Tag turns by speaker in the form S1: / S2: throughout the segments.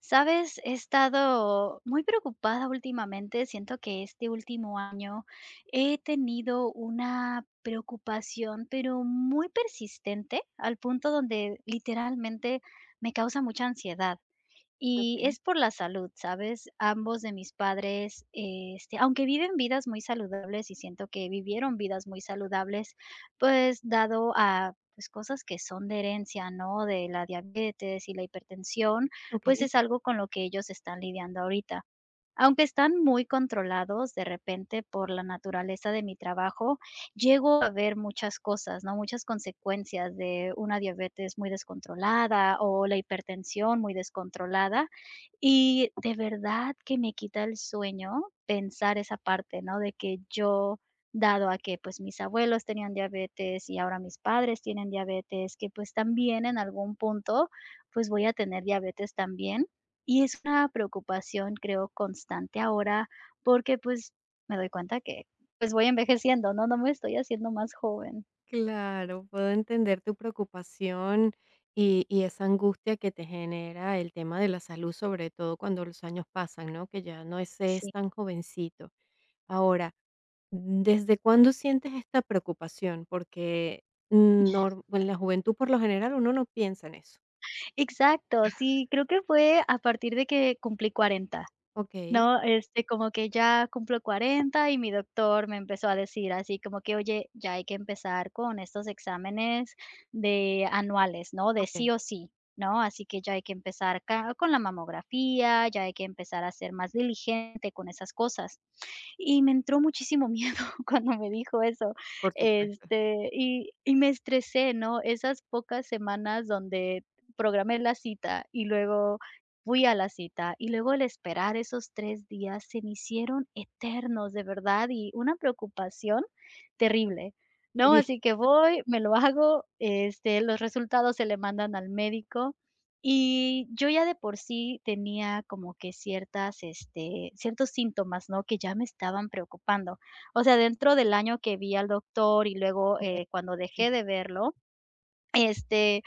S1: Sabes, he estado muy preocupada últimamente. Siento que este último año he tenido una preocupación, pero muy persistente, al punto donde literalmente me causa mucha ansiedad. Y
S2: Okey,
S1: es por la salud, ¿sabes? Ambos de mis padres, aunque viven vidas muy saludables y siento que vivieron vidas muy saludables, pues dado a pues cosas que son de herencia, ¿no? De la diabetes y la hipertensión, pues
S2: okey.
S1: es algo con lo que ellos están lidiando ahorita. Aunque están muy controlados de repente por la naturaleza de mi trabajo, llego a ver muchas cosas, ¿no? Muchas consecuencias de una diabetes muy descontrolada o la hipertensión muy descontrolada, y de verdad que me quita el sueño pensar esa parte, ¿no? De que yo, dado a que, pues, mis abuelos tenían diabetes y ahora mis padres tienen diabetes, que, pues, también en algún punto, pues, voy a tener diabetes también. Y es una preocupación, creo, constante ahora, porque, pues, me doy cuenta que, pues, voy envejeciendo, ¿no? No me estoy haciendo más joven.
S2: Claro, puedo entender tu preocupación y esa angustia que te genera el tema de la salud, sobre todo cuando los años pasan, ¿no? Que ya no es
S1: Sí.
S2: es tan jovencito. Ahora, ¿desde cuándo sientes esta preocupación? Porque, nor en la juventud, por lo general, uno no piensa en eso.
S1: Exacto, sí, creo que fue a partir de que cumplí 40,
S2: Okey.
S1: ¿no? Como que ya cumplo 40 y mi doctor me empezó a decir así como que: "Oye, ya hay que empezar con estos exámenes de anuales, ¿no? De sí
S2: Okey,
S1: o sí, ¿no? Así que ya hay que empezar ca con la mamografía, ya hay que empezar a ser más diligente con esas cosas". Y me entró muchísimo miedo cuando me dijo eso,
S2: por supuesto.
S1: y me estresé, ¿no? Esas pocas semanas donde programé la cita y luego fui a la cita y luego el esperar esos 3 días se me hicieron eternos, de verdad, y una preocupación terrible, ¿no?
S2: Sí.
S1: Así que voy, me lo hago, los resultados se le mandan al médico y yo ya de por sí tenía como que ciertos síntomas, ¿no? Que ya me estaban preocupando. O sea, dentro del año que vi al doctor y luego,
S2: Okey.
S1: cuando
S2: Sí.
S1: dejé de verlo, este,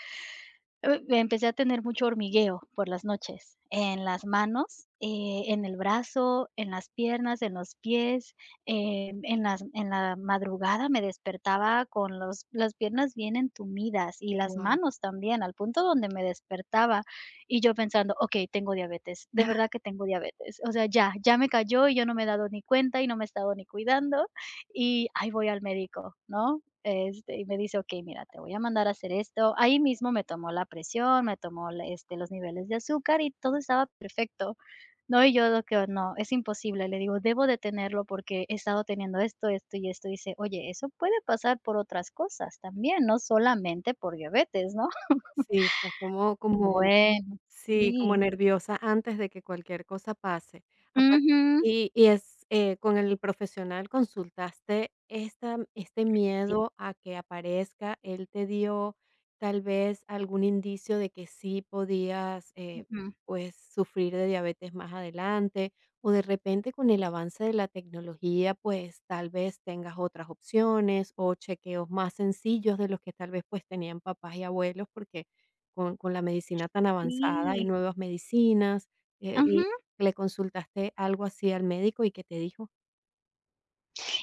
S1: empecé a tener mucho hormigueo por las noches, en las manos, en el brazo, en las piernas, en los pies, en las en la madrugada me despertaba con los las piernas bien entumidas y las
S2: Guau.
S1: manos también, al punto donde me despertaba, y yo pensando: "Okey, tengo diabetes, de verdad que tengo diabetes, o sea, ya, ya me cayó y yo no me he dado ni cuenta y no me he estado ni cuidando, y ahí voy al médico", ¿no? Y me dice: "Okey, mira, te voy a mandar a hacer esto". Ahí mismo me tomó la presión, me tomó los niveles de azúcar y todo estaba perfecto, ¿no? Y yo lo que: "No, es imposible". Le digo: "Debo detenerlo porque he estado teniendo esto, esto y esto". Dice: "Oye, eso puede pasar por otras cosas también, no solamente por diabetes, ¿no?".
S2: Sí, estás como
S1: Bueno,
S2: Sí, como
S1: sí.
S2: nerviosa antes de que cualquier cosa pase. Apar
S1: Ujú.
S2: y es, ¿con el profesional consultaste esta este
S1: Sí,
S2: miedo a que aparezca? ¿Él te dio tal vez algún indicio de que sí podías,
S1: ujú.
S2: pues, sufrir de diabetes más adelante? O de repente con el avance de la tecnología, pues, tal vez tengas otras opciones o chequeos más sencillos de los que tal vez, pues, tenían papás y abuelos, porque con la medicina tan avanzada, y
S1: Sí.
S2: nuevas medicinas, eh,
S1: Ajá.
S2: y ¿le consultaste algo así al médico y qué te dijo?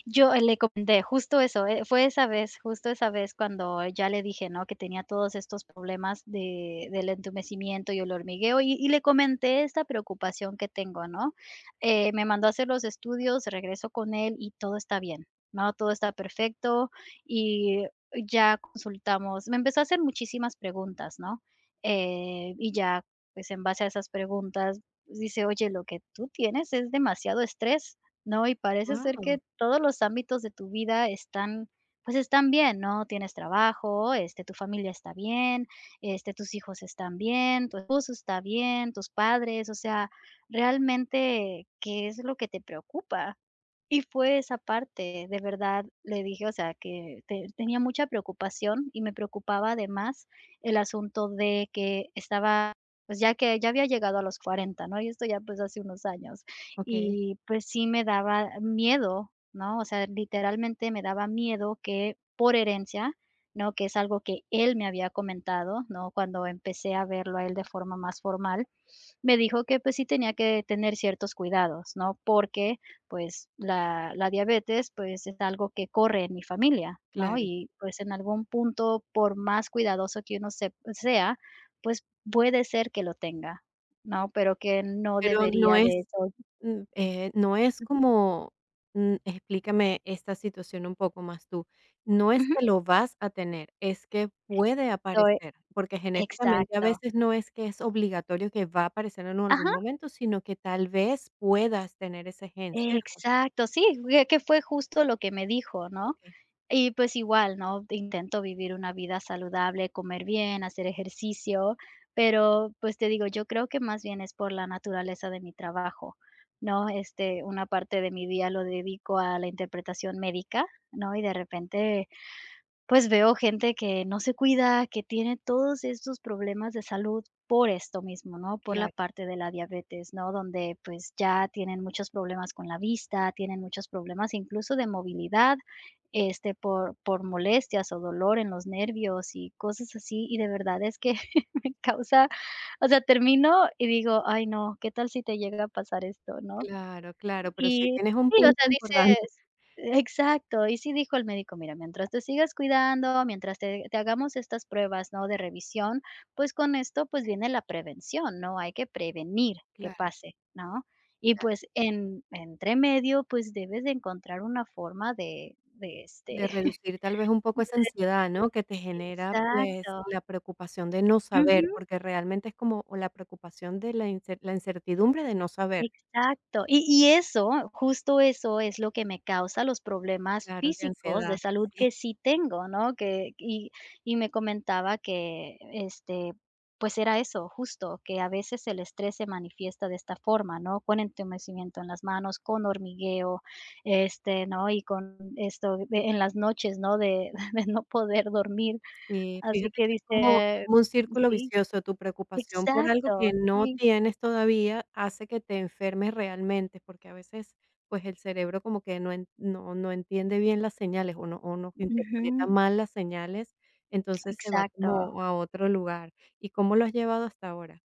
S1: Yo, le comenté justo eso, fue esa vez, justo esa vez cuando ya le dije, ¿no? Que tenía todos estos problemas de del entumecimiento y el hormigueo, y le comenté esta preocupación que tengo, ¿no? Me mandó a hacer los estudios, regreso con él y todo está bien, ¿no? Todo está perfecto y ya consultamos. Me empezó a hacer muchísimas preguntas, ¿no? Y ya, pues, en base a esas preguntas, dice: "Oye, lo que tú tienes es demasiado estrés". No, y parece ser
S2: Wow.
S1: que todos los ámbitos de tu vida pues están bien, ¿no? Tienes trabajo, tu familia está bien, tus hijos están bien, tu esposo está bien, tus padres, o sea, realmente, ¿qué es lo que te preocupa? Y fue esa parte, de verdad le dije, o sea, que te tenía mucha preocupación y me preocupaba además el asunto de que pues, ya que ya había llegado a los 40, ¿no? Y esto ya, pues, hace unos años.
S2: Okey,
S1: Y, pues, sí me daba miedo, ¿no? O sea, literalmente me daba miedo que por herencia, ¿no? Que es algo que él me había comentado, ¿no? Cuando empecé a verlo a él de forma más formal, me dijo que, pues, sí tenía que tener ciertos cuidados, ¿no? Porque, pues, la diabetes, pues, es algo que corre en mi familia, ¿no?
S2: claro.
S1: Y, pues, en algún punto, por más cuidadoso que uno se sea, pues, puede ser que lo tenga, ¿no? Pero que no
S2: Pero no
S1: debería de
S2: es,
S1: eso
S2: no es
S1: ujú,
S2: como, explícame esta situación un poco más tú, no es
S1: ujú,
S2: que lo vas a tener, es que puede
S1: soy
S2: aparecer, porque genéticamente a
S1: exacto.
S2: veces no es que es obligatorio que va a aparecer en
S1: Ajá,
S2: algún momento, sino que tal vez puedas tener ese gen, ¿cierto?
S1: exacto, sí, que fue justo lo que me dijo, ¿no?
S2: Okey,
S1: Y pues igual, ¿no? Intento vivir una vida saludable, comer bien, hacer ejercicio, pero pues te digo, yo creo que más bien es por la naturaleza de mi trabajo, ¿no? Una parte de mi día lo dedico a la interpretación médica, ¿no? Y de repente pues veo gente que no se cuida, que tiene todos estos problemas de salud por esto mismo, ¿no? Por la
S2: claro.
S1: parte de la diabetes, ¿no? Donde pues ya tienen muchos problemas con la vista, tienen muchos problemas incluso de movilidad, por molestias o dolor en los nervios y cosas así. Y de verdad es que causa, o sea, termino y digo, ay no, ¿qué tal si te llega a pasar esto, ¿no?
S2: Claro, claro, pero sí
S1: Y
S2: tienes un
S1: sí, o
S2: punto
S1: sea,
S2: importante,
S1: dices exacto, y sí dijo el médico: "Mira, mientras te sigas cuidando, mientras te hagamos estas pruebas, ¿no?, de revisión, pues, con esto, pues, viene la prevención, ¿no? Hay que prevenir que
S2: claro,
S1: pase, ¿no? Y,
S2: claro,
S1: pues, en entre medio, pues, debes de encontrar una forma de
S2: de reducir tal vez un poco esa ansiedad, ¿no? Que te genera, pues,
S1: Exacto.
S2: la preocupación de no saber,
S1: Ujú.
S2: porque realmente es como o la preocupación de la incer la incertidumbre de no saber,
S1: Exacto. Y eso, justo eso es lo que me causa los problemas
S2: claro, de
S1: físicos de
S2: ansiedad.
S1: salud que sí tengo, ¿no? Que me comentaba que, pues era eso, justo, que a veces el estrés se manifiesta de esta forma, ¿no? Con entumecimiento en las manos, con hormigueo, ¿no? Y con esto de en las noches, ¿no? De de no poder dormir.
S2: Sí,
S1: Así
S2: fíjate
S1: que
S2: que es como
S1: dice
S2: como un círculo
S1: sí,
S2: vicioso, tu preocupación por algo
S1: exacto,
S2: que no
S1: sí,
S2: tienes todavía hace que te enfermes realmente, porque a veces, pues, el cerebro como que no en no no entiende bien las señales o no interpreta
S1: ujú,
S2: mal las señales, entonces se va
S1: exacto.
S2: como a otro lugar. ¿Y cómo lo has llevado hasta ahora?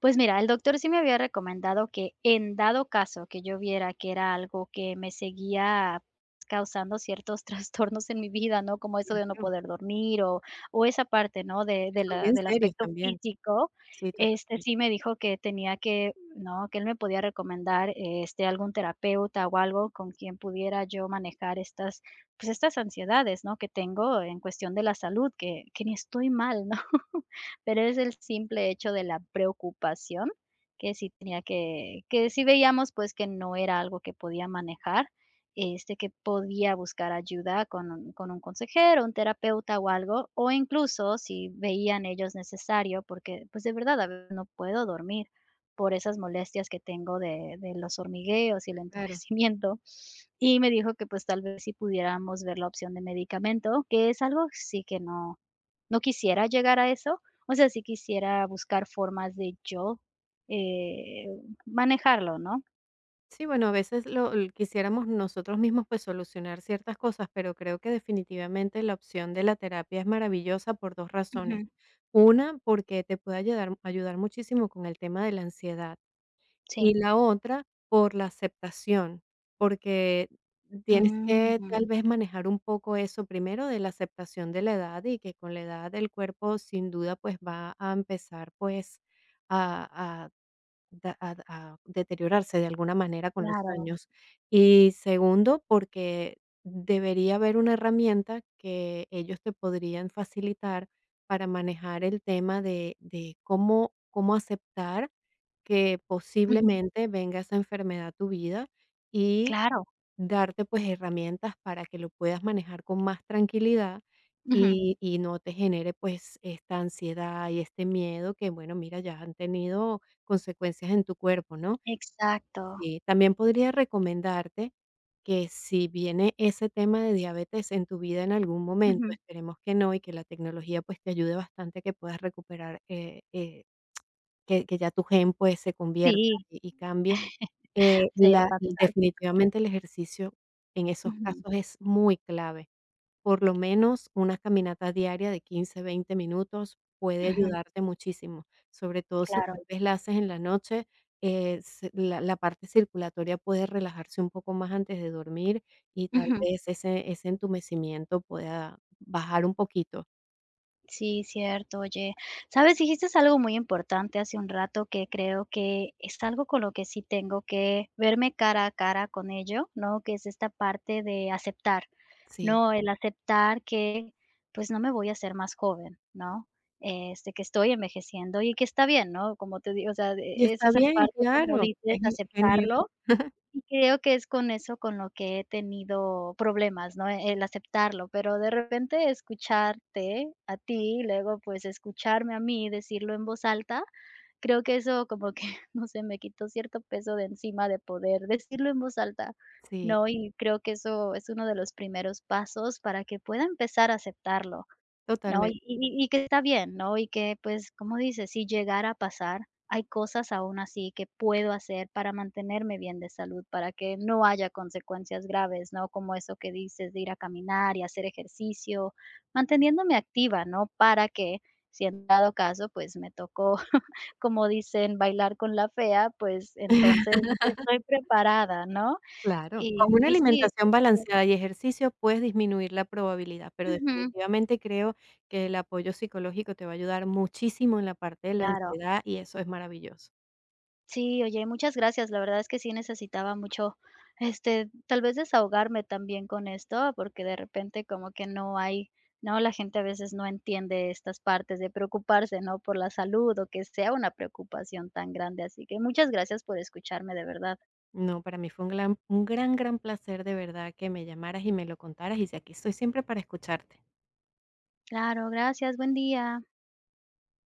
S1: Pues mira, el doctor sí me había recomendado que en dado caso que yo viera que era algo que me seguía causando ciertos trastornos en mi vida, ¿no? Como eso de no
S2: Claro,
S1: poder dormir o esa parte, ¿no?
S2: que
S1: De
S2: son
S1: la
S2: bien
S1: del
S2: serios
S1: aspecto
S2: también.
S1: físico,
S2: Sí, totalmente.
S1: sí me dijo que tenía que, ¿no? Que él me podía recomendar, algún terapeuta o algo con quien pudiera yo manejar estas, pues, estas ansiedades, ¿no? Que tengo en cuestión de la salud, que ni estoy mal, ¿no? pero es el simple hecho de la preocupación que sí tenía que sí veíamos, pues, que no era algo que podía manejar, que podía buscar ayuda con un consejero, un terapeuta o algo, o incluso si veían ellos necesario, porque, pues, de verdad, a veces no puedo dormir por esas molestias que tengo de los hormigueos y el
S2: Claro.
S1: entumecimiento. Y me dijo que, pues, tal vez si pudiéramos ver la opción de medicamento, que es algo sí que no no quisiera llegar a eso, o sea, sí quisiera buscar formas de yo, eh, manejarlo, ¿no?
S2: Sí, bueno, a veces lo l quisiéramos nosotros mismos, pues, solucionar ciertas cosas, pero creo que definitivamente la opción de la terapia es maravillosa por 2 razones.
S1: Ujú.
S2: Una, porque te puede ayudar muchísimo con el tema de la ansiedad,
S1: Sí.
S2: y la otra, por la aceptación, porque tienes que
S1: Mm.
S2: tal vez manejar un poco eso, primero de la aceptación de la edad y que con la edad el cuerpo sin duda, pues, va a empezar, pues, a da a deteriorarse de alguna manera con los
S1: Claro.
S2: años. Y segundo, porque debería haber una herramienta que ellos te podrían facilitar para manejar el tema de cómo aceptar que
S1: Ujú.
S2: posiblemente venga esa enfermedad a tu vida y
S1: Claro.
S2: darte, pues, herramientas para que lo puedas manejar con más tranquilidad
S1: Ujú.
S2: y no te genere, pues, esta ansiedad y este miedo que, bueno, mira, ya han tenido consecuencias en tu cuerpo, ¿no?
S1: Exacto.
S2: Sí, también podría recomendarte que si viene ese tema de diabetes en tu vida en algún momento,
S1: Ujú.
S2: esperemos que no, y que la tecnología, pues, te ayude bastante a que puedas recuperar, que ya tu gen, pues, se convierta
S1: Sí,
S2: y cambie,
S1: sería
S2: la
S1: fantástico.
S2: definitivamente el ejercicio en esos
S1: Ujú,
S2: casos es muy clave. Por lo menos una caminata diaria de 15, 20 minutos puede
S1: ujú.
S2: ayudarte muchísimo, sobre todo si
S1: Claro.
S2: tal vez la haces en la noche, la parte circulatoria puede relajarse un poco más antes de dormir y tal
S1: Ujú.
S2: vez ese entumecimiento pueda bajar un poquito.
S1: Sí, cierto, oye. Sabes, dijiste algo muy importante hace un rato que creo que es algo con lo que sí tengo que verme cara a cara con ello, ¿no? Que es esta parte de aceptar,
S2: Sí.
S1: ¿no? El aceptar que, pues, no me voy a hacer más joven, ¿no? Que estoy envejeciendo y que está bien, ¿no? Como te digo, o sea,
S2: Y
S1: es
S2: está
S1: esa
S2: bien,
S1: parte, como
S2: claro.
S1: dices,
S2: Es genial.
S1: aceptarlo y creo que es con eso con lo que he tenido problemas, ¿no? El aceptarlo, pero de repente escucharte a ti, y luego, pues, escucharme a mí decirlo en voz alta, creo que eso como que, no sé, me quitó cierto peso de encima de poder decirlo en voz alta,
S2: Sí,
S1: ¿no? Y creo que eso es uno de los primeros pasos para que pueda empezar a aceptarlo. No, y
S2: totalmente.
S1: y y que está bien, ¿no? Y que, pues, como dices, si llegara a pasar, hay cosas aún así que puedo hacer para mantenerme bien de salud, para que no haya consecuencias graves, ¿no? Como eso que dices de ir a caminar y hacer ejercicio, manteniéndome activa, ¿no? Para que, si en dado caso, pues, me tocó, como dicen, bailar con la fea, pues, entonces estoy preparada, ¿no?
S2: Claro. Con
S1: Y
S2: una
S1: y sí, sí,
S2: alimentación
S1: sí.
S2: balanceada y ejercicio puedes disminuir la probabilidad, pero
S1: Ujú,
S2: definitivamente creo que el apoyo psicológico te va a ayudar muchísimo en la parte de la
S1: claro.
S2: ansiedad y eso es maravilloso.
S1: Sí, oye, muchas gracias. La verdad es que sí necesitaba mucho, tal vez desahogarme también con esto, porque de repente como que no hay, ¿no? La gente a veces no entiende estas partes de preocuparse, ¿no? Por la salud o que sea una preocupación tan grande. Así que muchas gracias por escucharme, de verdad.
S2: No, para mí fue un gran, gran placer de verdad que me llamaras y me lo contaras y si aquí estoy siempre para escucharte.
S1: Claro, gracias. Buen día.